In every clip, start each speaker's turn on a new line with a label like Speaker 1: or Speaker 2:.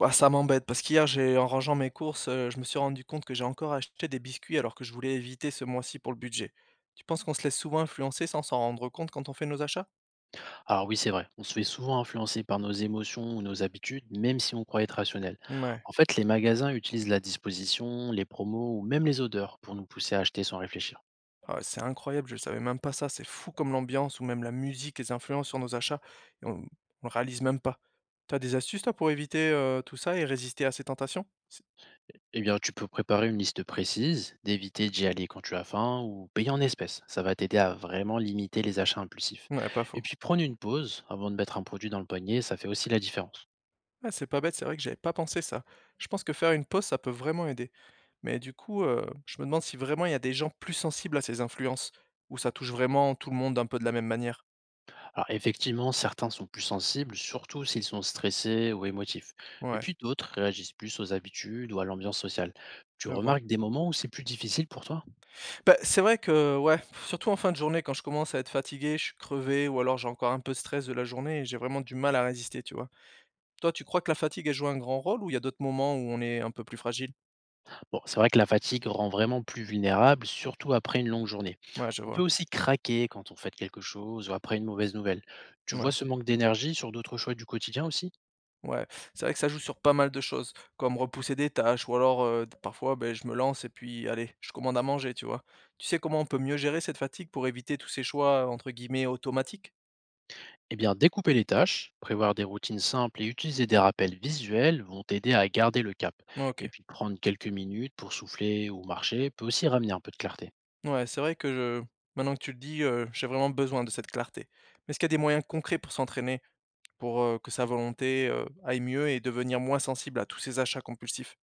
Speaker 1: Bah, ça m'embête parce qu'hier j'ai en rangeant mes courses, je me suis rendu compte que j'ai encore acheté des biscuits alors que je voulais éviter ce mois-ci pour le budget. Tu penses qu'on se laisse souvent influencer sans s'en rendre compte quand on fait nos achats?
Speaker 2: Alors oui, c'est vrai, on se fait souvent influencer par nos émotions ou nos habitudes, même si on croit être rationnel.
Speaker 1: Mouais.
Speaker 2: En fait, les magasins utilisent la disposition, les promos ou même les odeurs pour nous pousser à acheter sans réfléchir.
Speaker 1: Ah ouais, c'est incroyable, je savais même pas ça, c'est fou comme l'ambiance ou même la musique, les influences sur nos achats et on le réalise même pas. T'as des astuces toi pour éviter, tout ça et résister à ces tentations? C'est
Speaker 2: Eh bien, tu peux préparer une liste précise, d'éviter d'y aller quand tu as faim ou payer en espèces. Ça va t'aider à vraiment limiter les achats impulsifs.
Speaker 1: ouais, pas
Speaker 2: Et
Speaker 1: faux.
Speaker 2: puis, prendre une pause avant de mettre un produit dans le poignet, ça fait aussi la différence.
Speaker 1: Ouais, c'est pas bête, c'est vrai que j'avais pas pensé ça. Je pense que faire une pause, ça peut vraiment aider. Mais du coup, je me demande si vraiment il y a des gens plus sensibles à ces influences, où ça touche vraiment tout le monde un peu de la même manière.
Speaker 2: Alors effectivement, certains sont plus sensibles, surtout s'ils sont stressés ou émotifs. Et
Speaker 1: Ouais,
Speaker 2: puis d'autres réagissent plus aux habitudes ou à l'ambiance sociale. Tu
Speaker 1: je vois.
Speaker 2: remarques des moments où c'est plus difficile pour toi?
Speaker 1: Bah, c'est vrai que ouais, surtout en fin de journée quand je commence à être fatigué, je suis crevé ou alors j'ai encore un peu de stress de la journée et j'ai vraiment du mal à résister, tu vois? Toi, tu crois que la fatigue, elle joue un grand rôle ou il y a d'autres moments où on est un peu plus fragile?
Speaker 2: Bon, c'est vrai que la fatigue rend vraiment plus vulnérable, surtout après une longue journée.
Speaker 1: Ouais, je
Speaker 2: On peut
Speaker 1: vois.
Speaker 2: aussi craquer quand on fait quelque chose ou après une mauvaise nouvelle. Tu vois
Speaker 1: Ouais.
Speaker 2: ce manque d'énergie sur d'autres choix du quotidien aussi?
Speaker 1: Ouais, c'est vrai que ça joue sur pas mal de choses, comme repousser des tâches ou alors, d parfois, ben je me lance et puis allez, je commande à manger, tu vois? Tu sais comment on peut mieux gérer cette fatigue pour éviter tous ces choix, entre guillemets, «automatiques»?
Speaker 2: Eh bien, découper les tâches, prévoir des routines simples et utiliser des rappels visuels vont t'aider à garder le cap. Et
Speaker 1: OK.
Speaker 2: puis prendre quelques minutes pour souffler ou marcher peut aussi ramener un peu de clarté.
Speaker 1: Ouais, c'est vrai que je maintenant que tu le dis, j'ai vraiment besoin de cette clarté. Mais est-ce qu'il y a des moyens concrets pour s'entraîner, pour, que sa volonté, aille mieux et devenir moins sensible à tous ces achats compulsifs?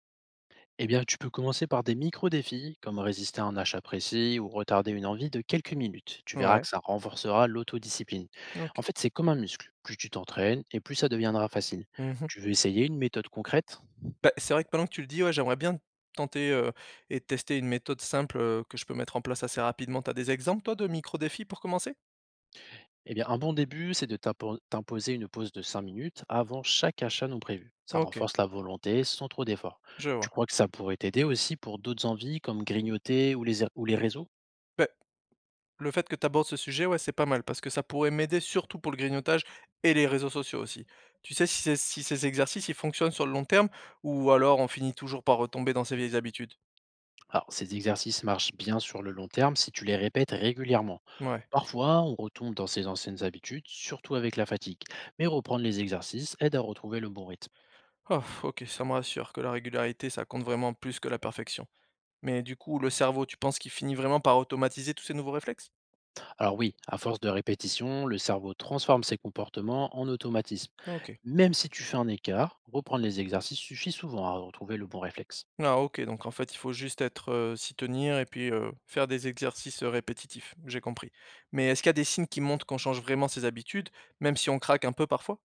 Speaker 2: Eh bien, tu peux commencer par des micro-défis, comme résister à un achat précis ou retarder une envie de quelques minutes. Tu verras
Speaker 1: Ouais,
Speaker 2: que ça renforcera l'autodiscipline. En
Speaker 1: OK.
Speaker 2: fait, c'est comme un muscle. Plus tu t'entraînes et plus ça deviendra facile.
Speaker 1: Mmh.
Speaker 2: Tu veux essayer une méthode concrète?
Speaker 1: Bah, c'est vrai que pendant que tu le dis, ouais, j'aimerais bien tenter, et tester une méthode simple, que je peux mettre en place assez rapidement. T'as des exemples toi de micro défis pour commencer?
Speaker 2: Eh bien, un bon début, c'est de t'imposer une pause de 5 minutes avant chaque achat non prévu. Ça
Speaker 1: OK,
Speaker 2: renforce la volonté sans trop d'efforts.
Speaker 1: je
Speaker 2: Tu
Speaker 1: vois.
Speaker 2: crois que ça pourrait t'aider aussi pour d'autres envies comme grignoter ou les réseaux?
Speaker 1: Beh, le fait que tu abordes ce sujet, ouais, c'est pas mal parce que ça pourrait m'aider surtout pour le grignotage et les réseaux sociaux aussi. Tu sais si ces exercices, ils fonctionnent sur le long terme ou alors on finit toujours par retomber dans ses vieilles habitudes?
Speaker 2: Alors, ces exercices marchent bien sur le long terme si tu les répètes régulièrement.
Speaker 1: Ouais.
Speaker 2: Parfois, on retombe dans ses anciennes habitudes, surtout avec la fatigue. Mais reprendre les exercices aide à retrouver le bon rythme.
Speaker 1: Oh, OK, ça me rassure que la régularité, ça compte vraiment plus que la perfection. Mais du coup, le cerveau, tu penses qu'il finit vraiment par automatiser tous ces nouveaux réflexes?
Speaker 2: Alors oui, à force de répétition, le cerveau transforme ses comportements en automatisme.
Speaker 1: OK.
Speaker 2: Même si tu fais un écart, reprendre les exercices suffit souvent à retrouver le bon réflexe.
Speaker 1: Ah OK, donc en fait, il faut juste être, s'y tenir et puis, faire des exercices, répétitifs. J'ai compris. Mais est-ce qu'il y a des signes qui montrent qu'on change vraiment ses habitudes, même si on craque un peu parfois?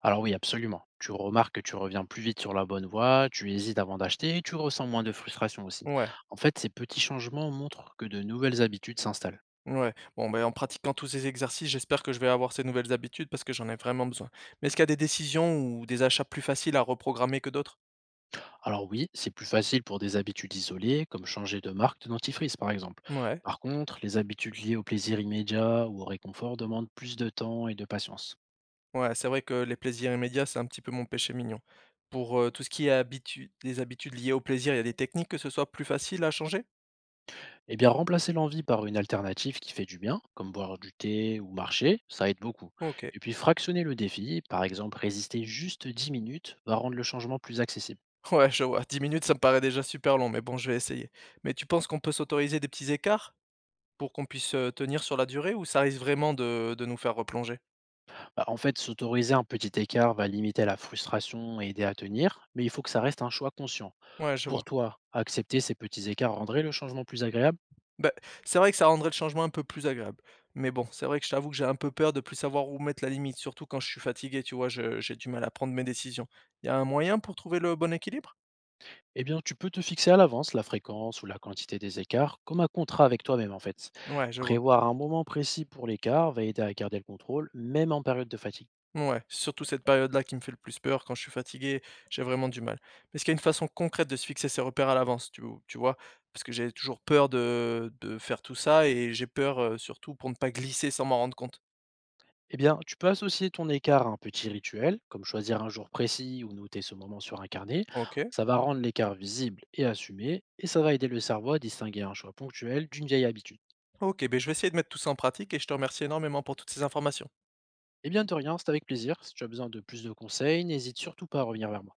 Speaker 2: Alors oui, absolument. Tu remarques que tu reviens plus vite sur la bonne voie, tu hésites avant d'acheter et tu ressens moins de frustration aussi.
Speaker 1: Ouais,
Speaker 2: En fait, ces petits changements montrent que de nouvelles habitudes s'installent.
Speaker 1: ouais. Bon, ben en pratiquant tous ces exercices, j'espère que je vais avoir ces nouvelles habitudes parce que j'en ai vraiment besoin. Mais est-ce qu'il y a des décisions ou des achats plus faciles à reprogrammer que d'autres?
Speaker 2: Alors oui, c'est plus facile pour des habitudes isolées, comme changer de marque de dentifrice par exemple.
Speaker 1: Ouais,
Speaker 2: Par contre, les habitudes liées au plaisir immédiat ou au réconfort demandent plus de temps et de patience.
Speaker 1: ouais, c'est vrai que les plaisirs immédiats, c'est un petit peu mon péché mignon. Pour, tout ce qui est habitu des habitudes liées au plaisir, il y a des techniques que ce soit plus facile à changer?
Speaker 2: Eh bien, remplacer l'envie par une alternative qui fait du bien, comme boire du thé ou marcher, ça aide beaucoup.
Speaker 1: OK.
Speaker 2: Et puis, fractionner le défi, par exemple, résister juste 10 minutes, va rendre le changement plus accessible.
Speaker 1: Ouais, je vois. 10 minutes, ça me paraît déjà super long, mais bon, je vais essayer. Mais tu penses qu'on peut s'autoriser des petits écarts pour qu'on puisse, tenir sur la durée ou ça risque vraiment de nous faire replonger?
Speaker 2: Bah, en fait, s'autoriser un petit écart va limiter la frustration et aider à tenir, mais il faut que ça reste un choix conscient.
Speaker 1: Ouais, je vois.
Speaker 2: Pour toi, accepter ces petits écarts rendrait le changement plus agréable?
Speaker 1: Bah, c'est vrai que ça rendrait le changement un peu plus agréable. Mais bon, c'est vrai que je t'avoue que j'ai un peu peur de plus savoir où mettre la limite, surtout quand je suis fatigué, tu vois? Je J'ai du mal à prendre mes décisions. Il y a un moyen pour trouver le bon équilibre?
Speaker 2: Eh bien, tu peux te fixer à l'avance la fréquence ou la quantité des écarts, comme un contrat avec toi-même, en fait.
Speaker 1: Ouais, je vois.
Speaker 2: Prévoir un moment précis pour l'écart va aider à garder le contrôle, même en période de fatigue.
Speaker 1: Ouais, c'est surtout cette période-là qui me fait le plus peur. Quand je suis fatigué, j'ai vraiment du mal. Mais est-ce qu'il y a une façon concrète de se fixer ses repères à l'avance, tu vois? Parce que j'ai toujours peur de faire tout ça et j'ai peur, surtout pour ne pas glisser sans m'en rendre compte.
Speaker 2: Eh bien, tu peux associer ton écart à un petit rituel, comme choisir un jour précis ou noter ce moment sur un carnet.
Speaker 1: OK.
Speaker 2: Ça va rendre l'écart visible et assumé, et ça va aider le cerveau à distinguer un choix ponctuel d'une vieille habitude.
Speaker 1: OK, Ben je vais essayer de mettre tout ça en pratique et je te remercie énormément pour toutes ces informations.
Speaker 2: Eh bien, de rien, c'est avec plaisir. Si tu as besoin de plus de conseils, n'hésite surtout pas à revenir vers moi.